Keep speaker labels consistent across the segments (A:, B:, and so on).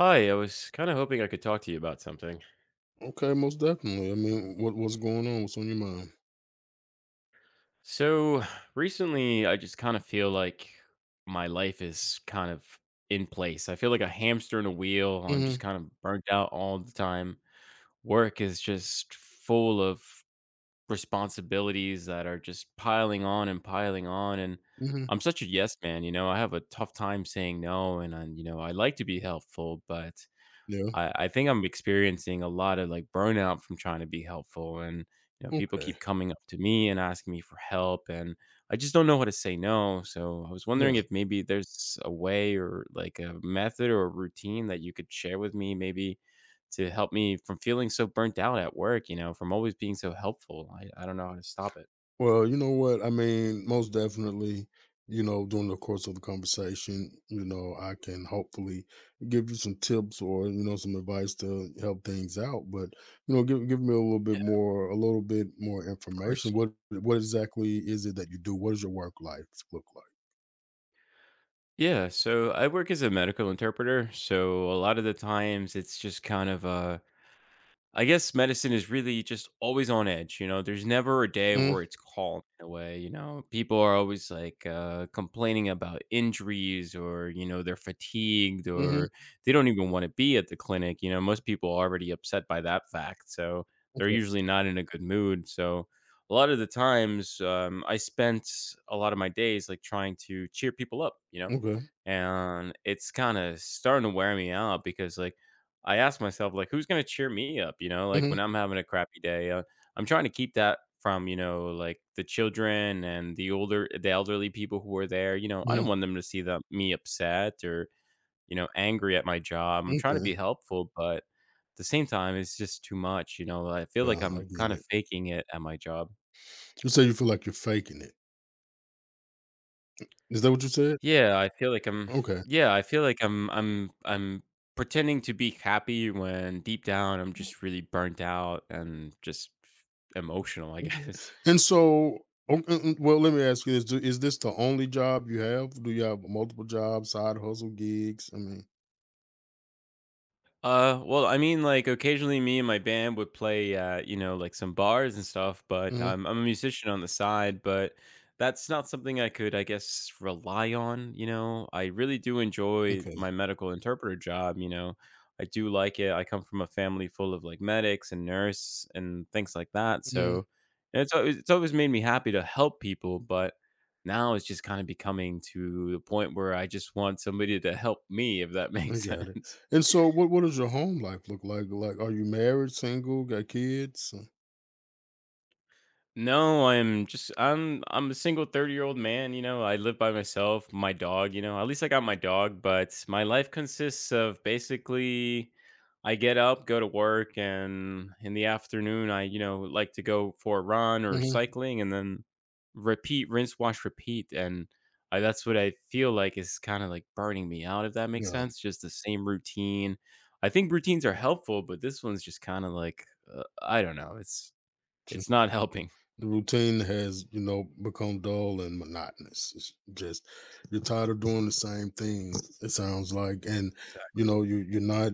A: Hi, I was kind of hoping I could talk to you about something.
B: Okay, most definitely. What's going on? What's on your mind?
A: So, recently, I just kind of feel like my life is kind of in place. I feel like a hamster in a wheel. I'm just
B: Mm-hmm.
A: kind of burnt out all the time. Work is just full of responsibilities that are just piling on. And
B: Mm-hmm.
A: I'm such a yes man, I have a tough time saying no. And I, I like to be helpful, but
B: Yeah.
A: I think I'm experiencing a lot of, like, burnout from trying to be helpful, and, people
B: Okay.
A: keep coming up to me and asking me for help, and I just don't know how to say no, so I was wondering
B: Yeah.
A: if maybe there's a way or, like, a method or a routine that you could share with me maybe to help me from feeling so burnt out at work, from always being so helpful. I don't know how to stop it.
B: Well, you know what? Most definitely, during the course of the conversation, I can hopefully give you some tips or, some advice to help things out. But, give me a little bit
A: Yeah,
B: more, a little bit more
A: of course.
B: information. What exactly is it that you do? What does your work life look like?
A: Yeah, so I work as a medical interpreter, so a lot of the times it's just kind of a I guess medicine is really just always on edge, you know? There's never a day where it's calm in a way, you know? People are always like complaining about injuries or, they're fatigued
B: Mm-hmm.
A: or they don't even want to be at the clinic. You know, most people are already upset by that fact. So they're
B: Okay.
A: usually not in a good mood. So a lot of the times I spent a lot of my days like trying to cheer people up, you know?
B: Okay.
A: And it's kind of starting to wear me out because like, I ask myself, like, who's gonna cheer me up? You know, like
B: Mm-hmm.
A: when I'm having a crappy day, I'm trying to keep that from like the children and the older, the elderly people who were there. You know, I don't
B: Mm-hmm.
A: want them to see that me upset or you know angry at my job. I'm trying to
B: Okay.
A: be helpful, but at the same time, it's just too much. You know, I feel like
B: Yeah, I
A: I'm
B: get
A: kind of
B: it.
A: faking it at my job.
B: You say you feel like you're faking it. Is that what you said?
A: Yeah, I feel like I'm
B: Okay.
A: yeah, I feel like I'm pretending to be happy when deep down I'm just really burnt out and just emotional, I
B: Okay.
A: guess.
B: And so, well, let me ask you this: Is this the only job you have? Do you have multiple jobs, side hustle gigs? I mean,
A: Well, I mean, like occasionally me and my band would play you know, like some bars and stuff, but
B: mhm,
A: I'm a musician on the side, but that's not something I could, I guess, rely on, you know. I really do enjoy
B: okay,
A: my medical interpreter job, you know. I do like it. I come from a family full of like medics and nurse and things like that.
B: mhm,
A: So and it's always made me happy to help people, but now it's just kind of becoming to the point where I just want somebody to help me, if that
B: I
A: makes
B: got it.
A: sense.
B: And so, what does your home life look like? Like, are you married, single, got kids?
A: No, I'm just I'm a single 30-year-old man, you know, I live by myself, my dog, you know. At least I got my dog, but my life consists of basically I get up, go to work, and in the afternoon I, like to go for a run or
B: Mm-hmm.
A: cycling and then repeat, rinse, wash, repeat. And I, that's what I feel like is kind of like burning me out, if that makes
B: No.
A: sense. Just the same routine. I think routines are helpful, but this one's just kind of like I don't know. It's not helping.
B: The routine has, you know, become dull and monotonous. It's just you're tired of doing the same thing, it sounds like. And,
A: Exactly.
B: you're not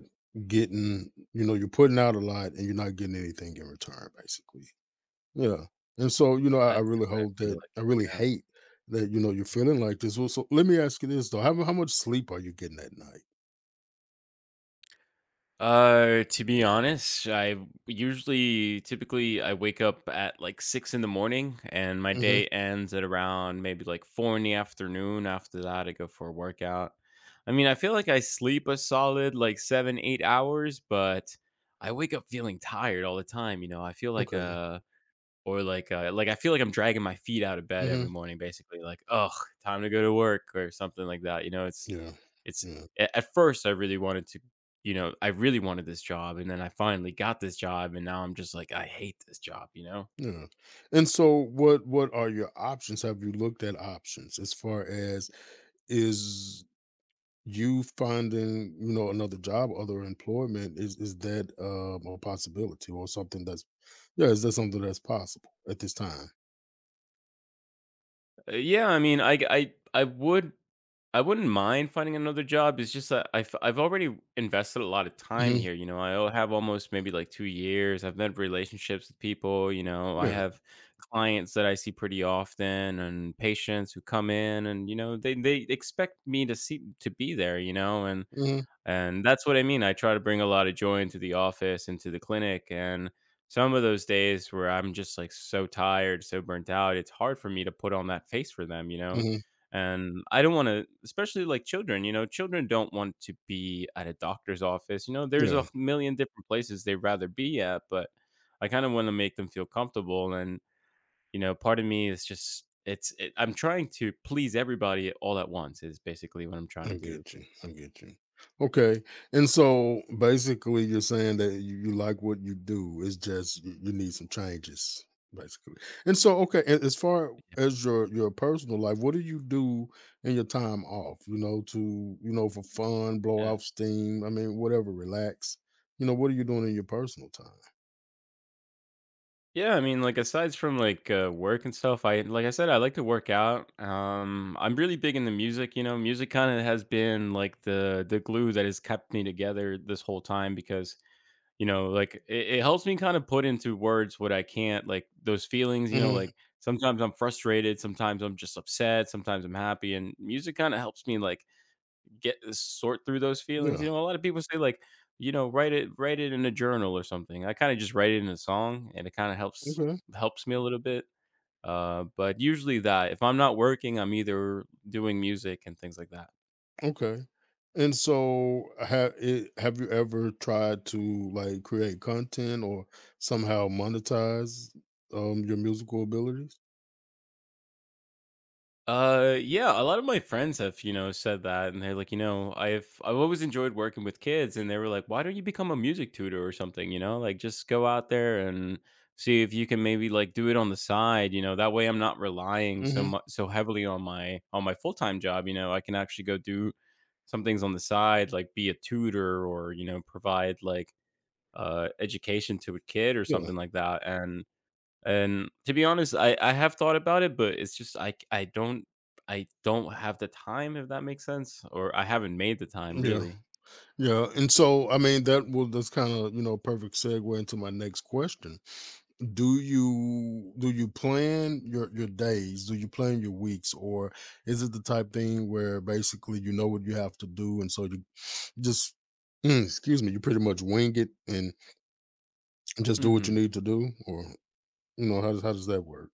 B: getting, you're putting out a lot and you're not getting anything in return, basically. Yeah. And so, you know, I
A: That's
B: really
A: what I
B: hope
A: feel
B: that I
A: like,
B: really
A: yeah.
B: hate that, you're feeling like this. Well, so let me ask you this though. How much sleep are you getting at night?
A: To be honest, I usually typically, I wake up at, like, 6 in the morning, and my
B: Hmm.
A: day ends at around maybe, like, 4 in the afternoon. After that, I go for a workout. I mean, I feel like I sleep a solid, like, 7, 8 hours, but I wake up feeling tired all the time, you know? I feel like
B: Okay.
A: a or like I feel like I'm dragging my feet out of bed
B: Hmm.
A: every morning, basically, like, oh, time to go to work," or something like that, you know?
B: Yeah.
A: It's
B: Yeah.
A: a at first, I really wanted to you know, I really wanted this job, and then I finally got this job, and now I'm just like, "I hate this job," you know?
B: Yeah. And so what are your options? Have you looked at options as far as is you finding, another job, other employment? Is that a possibility or something that's yeah, is that something that's possible at this time?
A: Yeah, I mean, I would I wouldn't mind finding another job. It's just that I've already invested a lot of time
B: Hmm.
A: here. You know, have almost maybe like 2 years. I've had relationships with people. You know, I
B: Yeah.
A: have clients that I see pretty often, and patients who come in, and you know, they expect me to see to be there. You know,
B: Hmm.
A: and that's what I mean, I try to bring a lot of joy into the office, into the clinic, and some of those days where I'm just, like, so tired, so burnt out, it's hard for me to put on that face for them, you know?
B: Hmm.
A: And I don't wanna especially, like, children, you know? Children don't want to be at a doctor's office, you know? There's
B: Yeah.
A: a million different places they'd rather be at, but I kinda wanna make them feel comfortable, and, you know, part of me is just it's it I'm trying to please everybody all at once is basically what I'm trying to
B: I
A: do.
B: get you. I get you. Okay. And so basically you're saying that you like what you do. It's just you need some changes, basically. And so okay, and as far as your personal life, what do you do in your time off? You know, to you know, for fun, blow
A: Yeah.
B: off steam, I mean, whatever, relax. You know, what are you doing in your personal time?
A: Yeah, I mean, like aside from like work and stuff, I like I said, I like to work out. I'm really big into music. You know, music kind of has been like the glue that has kept me together this whole time because you know, like it helps me kind of put into words what I can't, like those feelings. You know,
B: Hmm.
A: like sometimes I'm frustrated, sometimes I'm just upset, sometimes I'm happy, and music kind of helps me like get sort through those feelings.
B: Yeah.
A: You know, a lot of people say like, write it in a journal or something. I kind of just write it in a song, and it kind of helps
B: Okay.
A: helps me a little bit. But usually that if I'm not working, I'm either doing music and things like that.
B: Okay. And so have you ever tried to like create content or somehow monetize your musical abilities?
A: Yeah, a lot of my friends have, said that and they're like, I've always enjoyed working with kids and they were like, why don't you become a music tutor or something, you know? Like just go out there and see if you can maybe like do it on the side, you know. That way I'm not relying so
B: Hmm.
A: much so heavily on my full-time job, you know. I can actually go do some things on the side like be a tutor or, provide like education to a kid or
B: Yeah.
A: something like that. And to be honest, I have thought about it, but it's just I do not I don't have the time if that makes sense, or I haven't made the time
B: Yeah.
A: really.
B: Yeah. And so I mean that will that's kind of, you know, perfect segue into my next question. Do you plan your days? Do you plan your weeks or is it the type thing where basically you know what you have to do and so you just excuse me, you pretty much wing it and just do
A: Hmm.
B: what you need to do, or how does that work?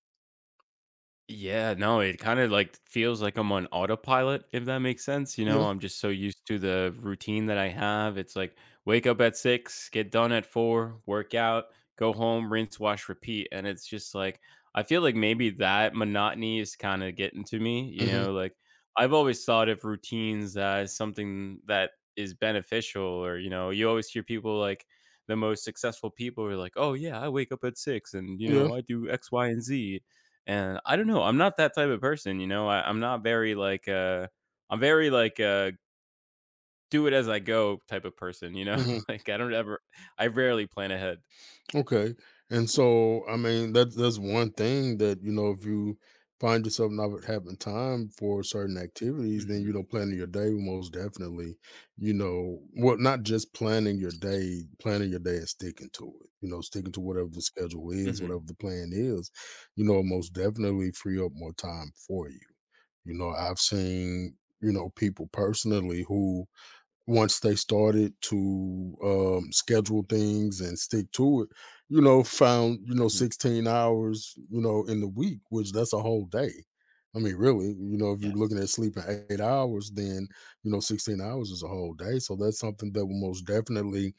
A: Yeah, no, it kinda, like, feels like I'm on autopilot, if that makes sense, you
B: Yeah.
A: know, I'm just so used to the routine that I have, it's like, wake up at 6, get done at 4, work out, go home, rinse, wash, repeat, and it's just like I feel like maybe that monotony is kinda getting to me, you
B: Mhm.
A: know, like, I've always thought of routines as something that is beneficial or, you know, you always hear people like the most successful people are like, "Oh, yeah, I wake up at 6 and, you
B: Yeah.
A: know, I do X, Y, and Z." And I don't know, I'm not that type of person, you know? I'm not very, like, I'm very, like, do it as I go type of person, you know?
B: Mhm.
A: Like, I don't ever I rarely plan ahead.
B: Okay. And so, I mean, that's one thing that you know, if you find yourself not having time for certain activities, then you
A: Mhm.
B: know, planning your day will most definitely, well, not just planning your day and sticking to it. You know, sticking to whatever the schedule is,
A: Mhm.
B: whatever the plan is, most definitely free up more time for you. You know, I've seen you know people personally who once they started to schedule things and stick to it, you know, found, you know,
A: Mhm.
B: 16 hours, you know, in the week, which that's a whole day. I mean, really, you know, if you're looking at
A: Yes.
B: sleeping 8 hours, then, 16 hours is a whole day. So that's something that will most definitely,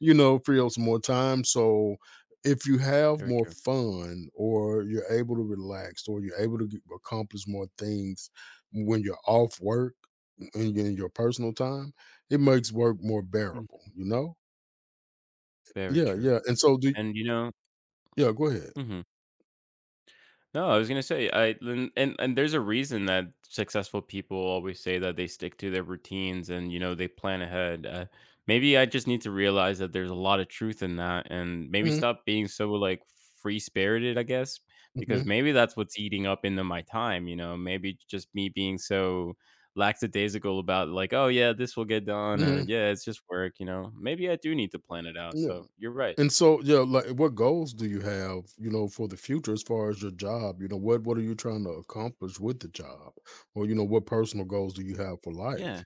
B: free up some more time. So if you have
A: Very
B: more
A: true.
B: fun or you're able to relax or you're able to get, accomplish more things when you're off work in your personal time, it makes work more
A: Mm.
B: bearable, you know?
A: Very
B: Yeah,
A: true.
B: yeah, and so do
A: And, you know
B: yeah, go ahead.
A: mhm. No, I was gonna say I and, and there's a reason that successful people always say that they stick to their routines and you know they plan ahead. Maybe I just need to realize that there's a lot of truth in that, and maybe
B: Mhm,
A: stop being so like free spirited. I guess because
B: mhm,
A: maybe that's what's eating up into my time. You know, maybe just me being so lackadaisical about like, oh yeah, this will get done, or
B: mhm,
A: yeah, it's just work. You know, maybe I do need to plan it out.
B: yeah,
A: So you're right.
B: and so yeah, like, what goals do you have, for the future as far as your job? You know, what are you trying to accomplish with the job? Or, you know, what personal goals do you have for life?
A: Yeah.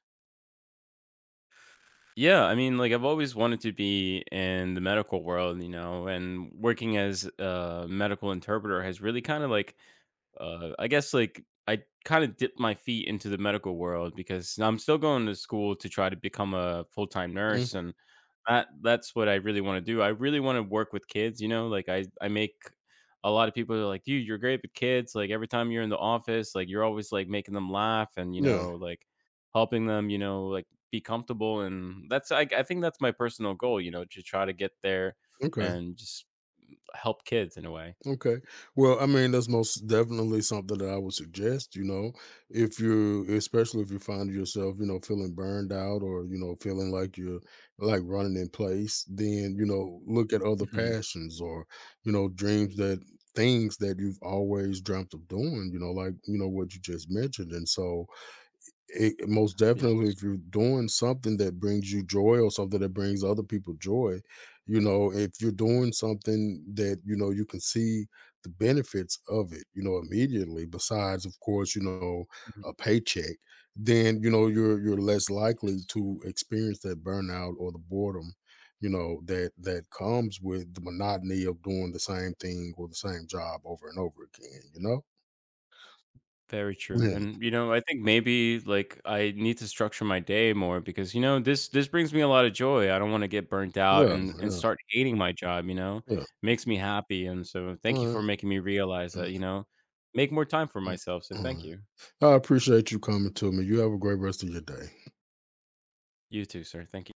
A: Yeah, I mean, like I've always wanted to be in the medical world, you know, and working as a medical interpreter has really kind of like I guess like I kind of dipped my feet into the medical world because I'm still going to school to try to become a full time nurse,
B: Mm,
A: and that that's what I really want to do. I really want to work with kids. You know, like I make a lot of people are like, dude, you're great with kids. Like every time you're in the office, like you're always like making them laugh and you
B: yeah,
A: know like helping them, you know, like be comfortable. And that's I think that's my personal goal. You know, to try to get there
B: okay.
A: and just help kids in a way.
B: Okay. Well, I mean, that's most definitely something that I would suggest, if you especially if you find yourself, feeling burned out or, feeling like you're like running in place, then, look at other
A: Hmm.
B: passions or, dreams that things that you've always dreamt of doing, what you just mentioned. And so, it most definitely,
A: Yes.
B: if you're doing something that brings you joy or something that brings other people joy, if you're doing something that, you can see the benefits of it, immediately, besides, of course,
A: Mhm.
B: a paycheck, then, you're less likely
A: Yes.
B: to experience that burnout or the boredom, that comes with the monotony of doing the same thing or the same job over and over again, you know?
A: Very true,
B: Yeah,
A: and, you know, I think maybe, like, I need to structure my day more because, you know, this brings me a lot of joy. I don't wanna get burnt out
B: yeah,
A: and
B: yeah,
A: start hating my job, you know?
B: yeah.
A: Makes me happy, and so thank you
B: All right.
A: for making me realize
B: Yeah.
A: that, you know, make more time for
B: Mm,
A: myself, so thank
B: mm.
A: you.
B: I appreciate you coming to me. You have a great rest of your day.
A: You too, sir. Thank you.